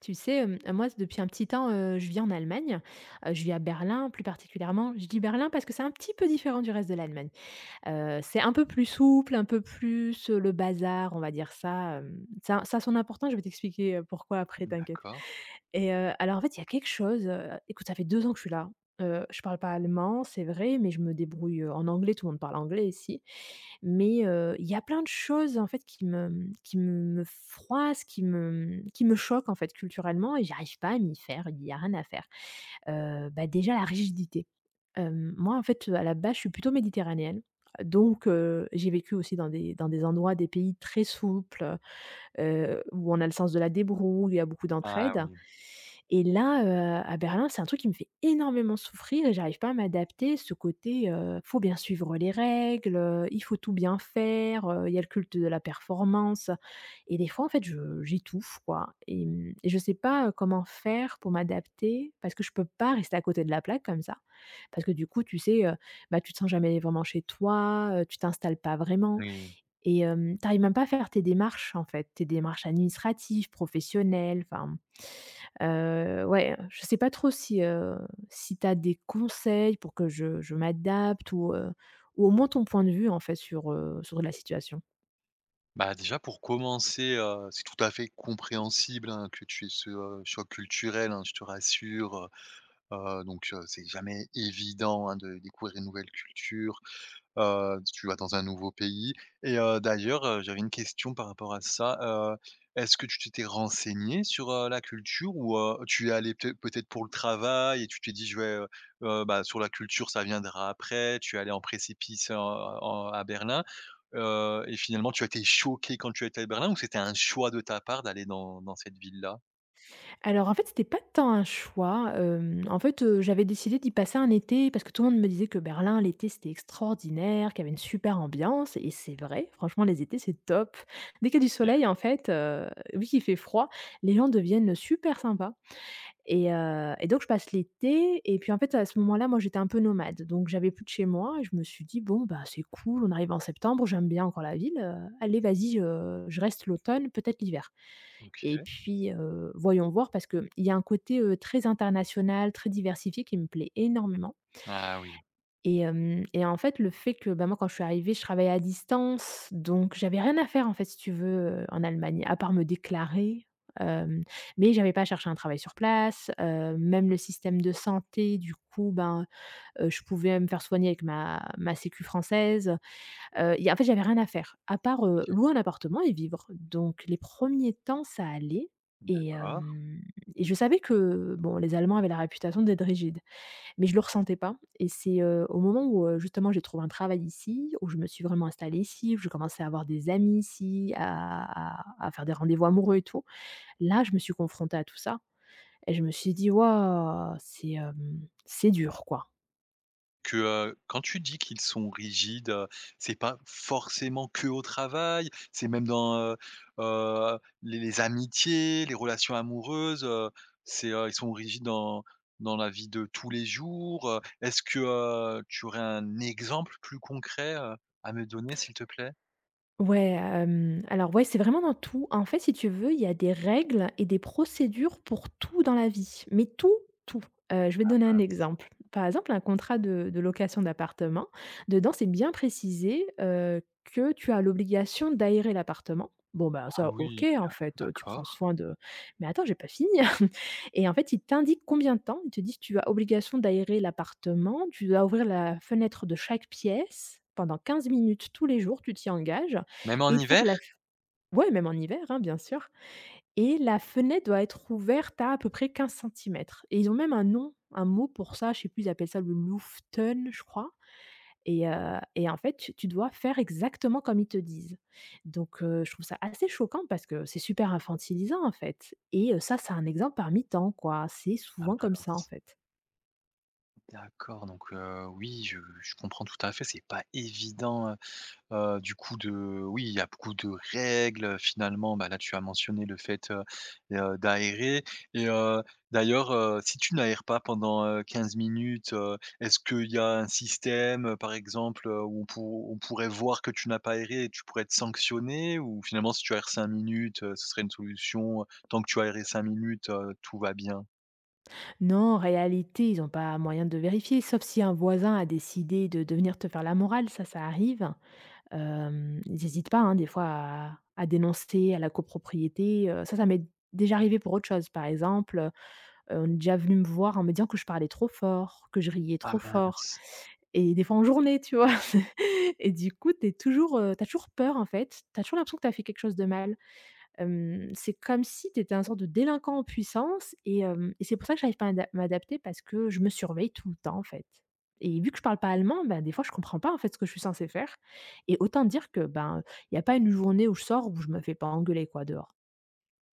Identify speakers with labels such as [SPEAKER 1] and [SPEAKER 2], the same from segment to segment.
[SPEAKER 1] Tu sais, moi, depuis un petit temps, je vis en Allemagne. Je vis à Berlin, plus particulièrement. Je dis Berlin parce que c'est un petit peu différent du reste de l'Allemagne. C'est un peu plus souple, un peu plus, le bazar, on va dire ça, hem. Ça a son importance, je vais t'expliquer pourquoi après, t'inquiète.
[SPEAKER 2] D'accord.
[SPEAKER 1] Et alors en fait, il y a quelque chose, écoute, ça fait 2 ans que je suis là. Je parle pas allemand, c'est vrai, mais je me débrouille en anglais, tout le monde parle anglais ici. Mais il y a plein de choses en fait qui me qui me froissent, qui me qui me choquent en fait culturellement et j'arrive pas à m'y faire, il y a rien à faire. Bah, déjà la rigidité. Hem, moi en fait, à la base, je suis plutôt méditerranéenne, donc j'ai vécu aussi dans des endroits, des pays très souples, où on a le sens de la débrouille, il y a beaucoup
[SPEAKER 2] Ah
[SPEAKER 1] d'entraide.
[SPEAKER 2] oui,
[SPEAKER 1] Et là, à Berlin, c'est un truc qui me fait énormément souffrir et j'arrive pas à m'adapter. Ce côté, faut bien suivre les règles, il faut tout bien faire, il y a le culte de la performance et des fois, en fait, je j'étouffe, quoi et mmh et je sais pas, comment faire pour m'adapter parce que je peux pas rester à côté de la plaque comme ça. Parce que du coup, tu sais, bah, tu te sens jamais vraiment chez toi, tu t'installes pas vraiment
[SPEAKER 2] oui.
[SPEAKER 1] et hem, tu arrives même pas à faire tes démarches, en fait, tes démarches administratives, professionnelles, enfin ouais, je sais pas trop si, si tu as des conseils pour que je m'adapte ou au moins ton point de vue en fait sur, sur la situation?
[SPEAKER 2] Bah, déjà pour commencer, c'est tout à fait compréhensible, hein, que tu aies ce choc culturel, hein, je te rassure. Heu, donc, heu, c'est jamais évident, hein, de découvrir une nouvelle culture. Tu vas dans un nouveau pays et d'ailleurs, j'avais une question par rapport à ça. Est-ce que tu t'étais renseigné sur, la culture, ou tu es allé peut-être pour le travail et tu t'es dit: «Je vais, bah, sur la culture, ça viendra après». Tu es allé en précipice en à Berlin, et finalement tu as été choqué quand tu étais à Berlin, ou c'était un choix de ta part d'aller dans cette ville-là?
[SPEAKER 1] Alors en fait, c'était pas tant un choix, hem, en fait, j'avais décidé d'y passer un été parce que tout le monde me disait que Berlin l'été c'était extraordinaire, qu'il y avait une super ambiance et c'est vrai, franchement les étés c'est top. Dès qu'il y a du
[SPEAKER 2] OK,
[SPEAKER 1] soleil en fait, vu qu'il fait froid, les gens deviennent super sympas. Et donc je passe l'été et puis, en fait, à ce moment-là, moi, j'étais un peu nomade, donc j'avais plus de chez moi et je me suis dit: «Bon, bah, c'est cool, on arrive en septembre, j'aime bien encore la ville, allez, vas-y, je reste l'automne, peut-être l'hiver» et
[SPEAKER 2] OK.
[SPEAKER 1] puis, voyons voir parce qu'il y a un côté, très international, très diversifié qui me plaît énormément
[SPEAKER 2] Ah oui.
[SPEAKER 1] et hem et en fait, le fait que, bah, moi, quand je suis arrivée, je travaillais à distance, donc j'avais rien à faire, en fait, si tu veux, en Allemagne, à part me déclarer, hem, mais j'avais pas cherché un travail sur place, même le système de santé, du coup, ben, je pouvais me faire soigner avec ma sécu française, y a en fait, j'avais rien à faire, à part, louer un appartement et vivre. Donc les premiers temps, ça allait et
[SPEAKER 2] D'accord.
[SPEAKER 1] hem et je savais que, bon, les Allemands avaient la réputation d'être rigides. Mais je le ressentais pas et c'est, au moment où, justement j'ai trouvé un travail ici, où je me suis vraiment installée ici, où je commençais à avoir des amis ici, à faire des rendez-vous amoureux et tout. Là, je me suis confrontée à tout ça et je me suis dit: «Waouh, c'est, hem, c'est dur, quoi».
[SPEAKER 2] Quand tu dis qu'ils sont rigides, c'est pas forcément que au travail, c'est même dans les amitiés, les relations amoureuses. C'est, ils sont rigides dans la vie de tous les jours. Est-ce que, tu aurais un exemple plus concret, à me donner, s'il te plaît?
[SPEAKER 1] Ouais, hem, alors ouais, c'est vraiment dans tout. En fait, si tu veux, il y a des règles et des procédures pour tout dans la vie, mais tout. Je vais te donner un
[SPEAKER 2] Mince.
[SPEAKER 1] exemple. Par exemple, un contrat de location d'appartement, dedans, c'est bien précisé, que tu as l'obligation d'aérer l'appartement. Bon, bah,
[SPEAKER 2] Ah
[SPEAKER 1] ça, OK,
[SPEAKER 2] oui.
[SPEAKER 1] en fait, tu prends
[SPEAKER 2] D'accord.
[SPEAKER 1] soin de mais attends, j'ai pas fini et en fait, ils t'indiquent combien de temps. Ils te disent: «Tu as obligation d'aérer l'appartement, tu dois ouvrir la fenêtre de chaque pièce pendant 15 minutes tous les jours, tu t'y engages».
[SPEAKER 2] Même en
[SPEAKER 1] Et il faut
[SPEAKER 2] hiver?
[SPEAKER 1] que la f ouais, même en hiver, hein, bien sûr et la fenêtre doit être ouverte à peu près 15 centimètres. Et ils ont même un nom, un mot pour ça, je sais plus, ils appellent ça le Luften, je crois et en fait, tu dois faire exactement comme ils te disent. Donc je trouve ça assez choquant parce que c'est super infantilisant, en fait et ça, c'est un exemple parmi tant, quoi. C'est
[SPEAKER 2] Ah
[SPEAKER 1] souvent comme ça, en
[SPEAKER 2] mince.
[SPEAKER 1] fait.
[SPEAKER 2] D'accord, donc, oui, je comprends tout à fait, c'est pas évident. Du coup de oui, il y a beaucoup de règles, finalement. Bah, là, tu as mentionné le fait, d'aérer, et d'ailleurs, si tu n'aères pas pendant, 15 minutes, est-ce qu'il y a un système, par exemple, où on pour on pourrait voir que tu n'as pas aéré et tu pourrais être sanctionné? Ou finalement, si tu aères 5 minutes, ce serait une solution, tant que tu as aéré 5 minutes, tout va bien?
[SPEAKER 1] Non, en réalité, ils ont pas moyen de vérifier, sauf si un voisin a décidé de venir te faire la morale, ça arrive Hem, ils hésitent pas, hein, des fois à dénoncer à la copropriété, ça, ça m'est déjà arrivé pour autre chose. Par exemple, on est déjà venu me voir en me disant que je parlais trop fort, que je riais
[SPEAKER 2] Ah
[SPEAKER 1] trop fort
[SPEAKER 2] mince!
[SPEAKER 1] et des fois en journée, tu vois? Et du coup, tu toujours, as toujours peur en fait, tu as toujours l'impression que tu as fait quelque chose de mal. Hem, c'est comme si tu étais un sorte de délinquant en puissance et hem et c'est pour ça que j'arrive pas à m'adapter parce que je me surveille tout le temps, en fait et vu que je parle pas allemand, ben des fois, je comprends pas, en fait, ce que je suis censée faire et autant dire que, ben, il y a pas une journée où je sors où je me fais pas engueuler, quoi, dehors.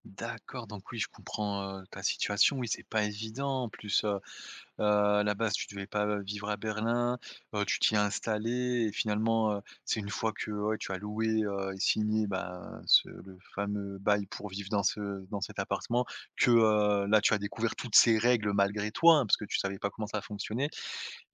[SPEAKER 2] D'accord, donc oui, je comprends, ta situation. Oui, c'est pas évident en plus, à la base, tu devais pas vivre à Berlin, tu t'y es installé et finalement, c'est une fois que, ouais, tu as loué, et signé, bah, ce le fameux bail pour vivre dans cet appartement que, là, tu as découvert toutes ces règles malgré toi, hein, parce que tu savais pas comment ça fonctionnait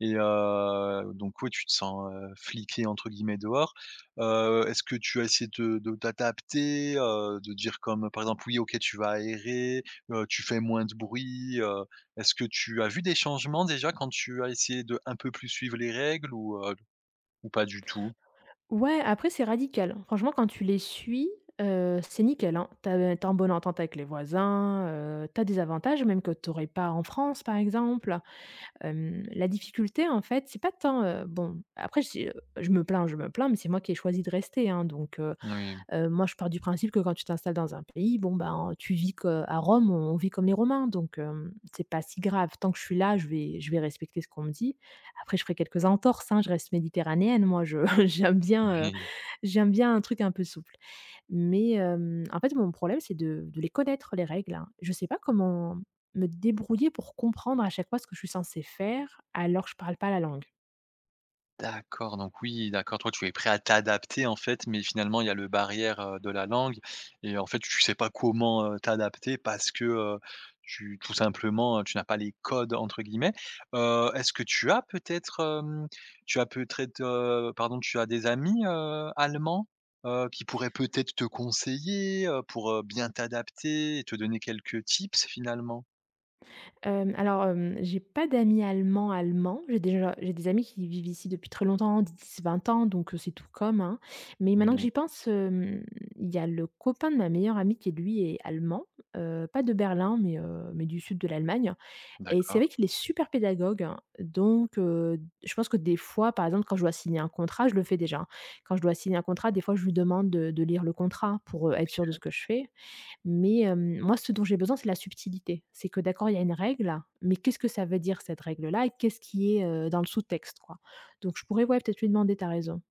[SPEAKER 2] et donc oui, tu te sens, «fliqué» entre guillemets, dehors. Est-ce que tu as essayé de t'adapter, de dire comme par exemple: «Oui, OK, tu vas aérer, tu fais moins de bruit», est-ce que tu as vu des changements déjà quand tu as essayé de un peu plus suivre les règles, ou, ou pas du tout?
[SPEAKER 1] Ouais, après c'est radical. Franchement, quand tu les suis, c'est nickel, hein. Tu as en bonne entente avec les voisins, tu des avantages même que t'aurais pas en France, par exemple. Hem, la difficulté, en fait, c'est pas tant, bon, après j'ai je me plains, mais c'est moi qui ai choisi de rester, hein, donc
[SPEAKER 2] Oui.
[SPEAKER 1] moi, je pars du principe que quand tu t'installes dans un pays, bon, ben, tu vis que à Rome, on vit comme les Romains, donc hem, c'est pas si grave. Tant que je suis là, je vais respecter ce qu'on me dit. Après, je ferai quelques entorses, hein, je reste méditerranéenne, moi, je j'aime bien, heu,
[SPEAKER 2] Oui.
[SPEAKER 1] j'aime bien un truc un peu souple. Mais hem, en fait, mon problème, c'est de les connaître, les règles, hein. Je ne sais pas comment me débrouiller pour comprendre à chaque fois ce que je suis censée faire alors que je parle pas la langue.
[SPEAKER 2] D'accord, donc oui, d'accord, toi, tu es prêt à t'adapter, en fait, mais finalement, il y a le barrière, de la langue, et en fait, tu sais pas comment, t'adapter parce que, tu tout simplement, tu n'as pas «les codes» entre guillemets. Est-ce que tu as peut-être, pardon, tu as des amis, allemands, qui pourraient peut-être te conseiller, pour, bien t'adapter et te donner quelques tips finalement?
[SPEAKER 1] Hem, alors, hem, j'ai pas d'amis allemands. J'ai déjà j'ai des amis qui vivent ici depuis très longtemps, dix, vingt ans, donc c'est tout comme, hein. Mais maintenant que
[SPEAKER 2] Oui,
[SPEAKER 1] j'y pense, hem, il y a le copain de ma meilleure amie qui lui est allemand, pas de Berlin, mais du sud de l'Allemagne et c'est
[SPEAKER 2] d'accord.
[SPEAKER 1] vrai qu'il est super pédagogue, hein. Donc je pense que des fois, par exemple, quand je dois signer un contrat, je le fais déjà, hein. Quand je dois signer un contrat, des fois, je lui demande de lire le contrat pour, être sûr de ce que je fais. Mais, hem, moi, ce dont j'ai besoin, c'est la subtilité. C'est que d'accord, il y a une règle, mais qu'est-ce que ça veut dire cette règle-là et qu'est-ce qui est, dans le sous-texte, quoi? Donc je pourrais, ouais, peut-être lui demander, t'as raison.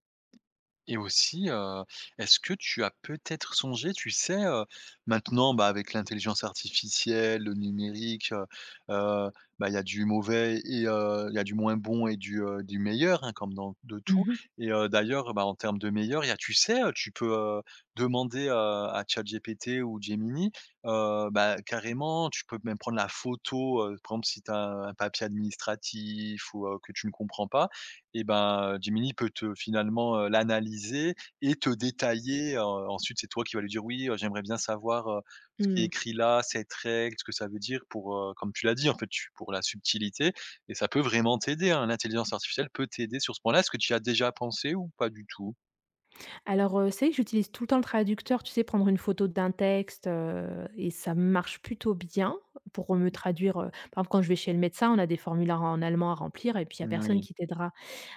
[SPEAKER 2] Et aussi, est-ce que tu as peut-être songé, tu sais, maintenant, bah, avec l'intelligence artificielle, le numérique, heu, bah, il y a du mauvais et il y a du moins bon et du meilleur, hein, comme dans de tout,
[SPEAKER 1] Mmh mh.
[SPEAKER 2] et d'ailleurs, bah, en termes de meilleur, il y a tu sais, tu peux, demander, à ChatGPT ou Gemini, bah, carrément, tu peux même prendre la photo, par exemple, si tu as un papier administratif ou que tu ne comprends pas, et ben, Gemini peut te finalement, l'analyser et te détailler, ensuite c'est toi qui vas lui dire: «Oui, j'aimerais bien savoir, ce qui est
[SPEAKER 1] Mmh.
[SPEAKER 2] écrit là, cette règle, ce que ça veut dire» pour, comme tu l'as dit, en fait, tu pour la subtilité, et ça peut vraiment t'aider, hein. L'intelligence artificielle peut t'aider sur ce point-là. Est-ce que tu y as déjà pensé ou pas du tout?
[SPEAKER 1] Alors, c'est vrai que j'utilise tout le temps le traducteur, tu sais, prendre une photo d'un texte, et ça marche plutôt bien pour me traduire, par exemple, quand je vais chez le médecin, on a des formulaires en allemand à remplir et puis il y a personne
[SPEAKER 2] Oui.
[SPEAKER 1] qui t'aidera.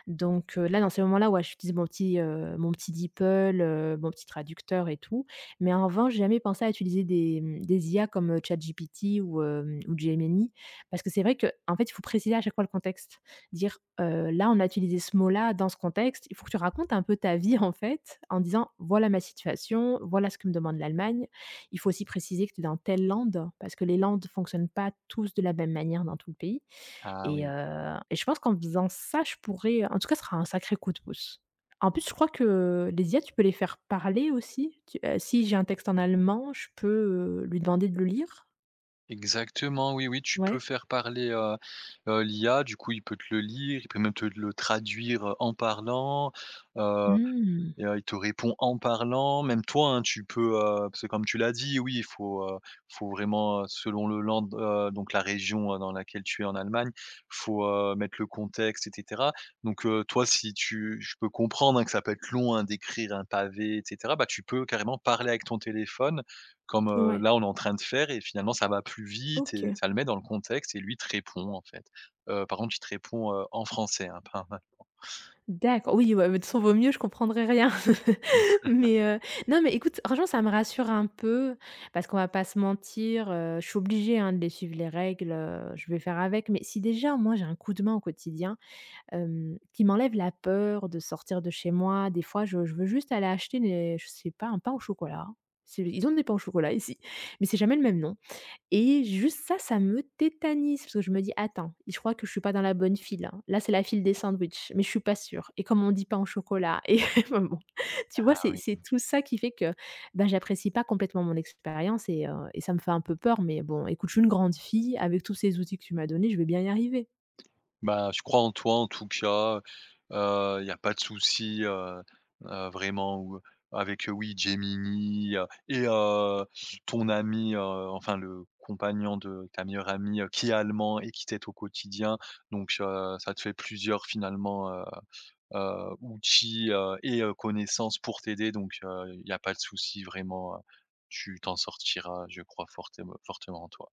[SPEAKER 1] Donc là, dans ces moments-là, ouais, j'utilise mon petit, mon petit DeepL, mon petit traducteur et tout. Mais en revanche, j'ai jamais pensé à utiliser des IA comme, ChatGPT ou hem, ou Gemini parce que c'est vrai que, en fait, il faut préciser à chaque fois le contexte. Dire, «Là, on a utilisé ce mot-là dans ce contexte». Il faut que tu racontes un peu ta vie, en fait, en disant: «Voilà ma situation, voilà ce que me demande l'Allemagne». Il faut aussi préciser que tu es dans telle land parce que les lands fonctionnent pas tous de la même manière dans tout le pays.
[SPEAKER 2] Ah oui.
[SPEAKER 1] Et je pense qu'en faisant ça, je pourrais en tout cas, ce sera un sacré coup de pouce. En plus, je crois que les IA, tu peux les faire parler aussi. Tu Si j'ai un texte en allemand, je peux, lui demander de le lire?
[SPEAKER 2] Exactement, oui, oui, tu peux
[SPEAKER 1] Ouais.
[SPEAKER 2] faire parler, l'IA, du coup, il peut te le lire, il peut même te le traduire, en parlant.
[SPEAKER 1] Mmh.
[SPEAKER 2] Et il te répond en parlant, même toi, hein, tu peux, parce que comme tu l'as dit, oui, il faut, faut vraiment, selon le land, donc la région, dans laquelle tu es en Allemagne, faut, mettre le contexte et cetera. Donc, toi, si tu je peux comprendre, hein, que ça peut être long, hein, d'écrire un pavé et cetera, bah, tu peux carrément parler avec ton téléphone comme,
[SPEAKER 1] Ouais,
[SPEAKER 2] là, on est en train de faire, et finalement ça va plus vite et
[SPEAKER 1] OK.
[SPEAKER 2] ça le met dans le contexte et lui te répond, en fait. Par contre, il te répond, en français, hein, pas en…
[SPEAKER 1] D'accord, oui, ouais, mais de toute façon, vaut mieux, je comprendrai rien. Mais non, mais écoute, franchement, ça me rassure un peu parce qu'on va pas se mentir, je suis obligée, hein, de les suivre les règles, je vais faire avec. Mais si déjà, moi, j'ai un coup de main au quotidien hem, qui m'enlève la peur de sortir de chez moi. Des fois, je veux juste aller acheter des je sais pas, un pain au chocolat. C'est ils ont des pains au chocolat ici, mais c'est jamais le même nom et juste ça, ça me tétanise parce que je me dis: «Attends, je crois que je suis pas dans la bonne file, hein. Là, c'est la file des sandwichs, mais je suis pas sûre et comme on dit pain au chocolat et bon». Tu vois,
[SPEAKER 2] Ah
[SPEAKER 1] c'est
[SPEAKER 2] oui.
[SPEAKER 1] c'est tout ça qui fait que, ben, j'apprécie pas complètement mon expérience et ça me fait un peu peur mais bon, écoute, je suis une grande fille avec tous ces outils que tu m'as donnés, je vais bien y arriver.
[SPEAKER 2] Bah, je crois en toi en tout cas, il y a pas de souci, vraiment, ou avec, oui Gemini, et ton ami, enfin le compagnon de ta meilleure amie, qui est allemand et qui t'aide au quotidien. Donc ça te fait plusieurs finalement, outils, et connaissances pour t'aider, donc il y a pas de souci vraiment, tu t'en sortiras, je crois fortement en toi.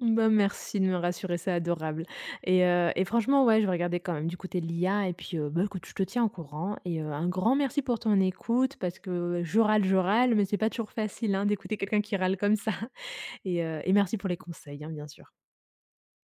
[SPEAKER 1] Bah, merci de me rassurer, c'est adorable et franchement, ouais, je vais regarder quand même du côté de l'IA et puis, bah, écoute, je te tiens au courant et un grand merci pour ton écoute parce que je râle, mais c'est pas toujours facile, hein, d'écouter quelqu'un qui râle comme ça et merci pour les conseils, hein, bien sûr.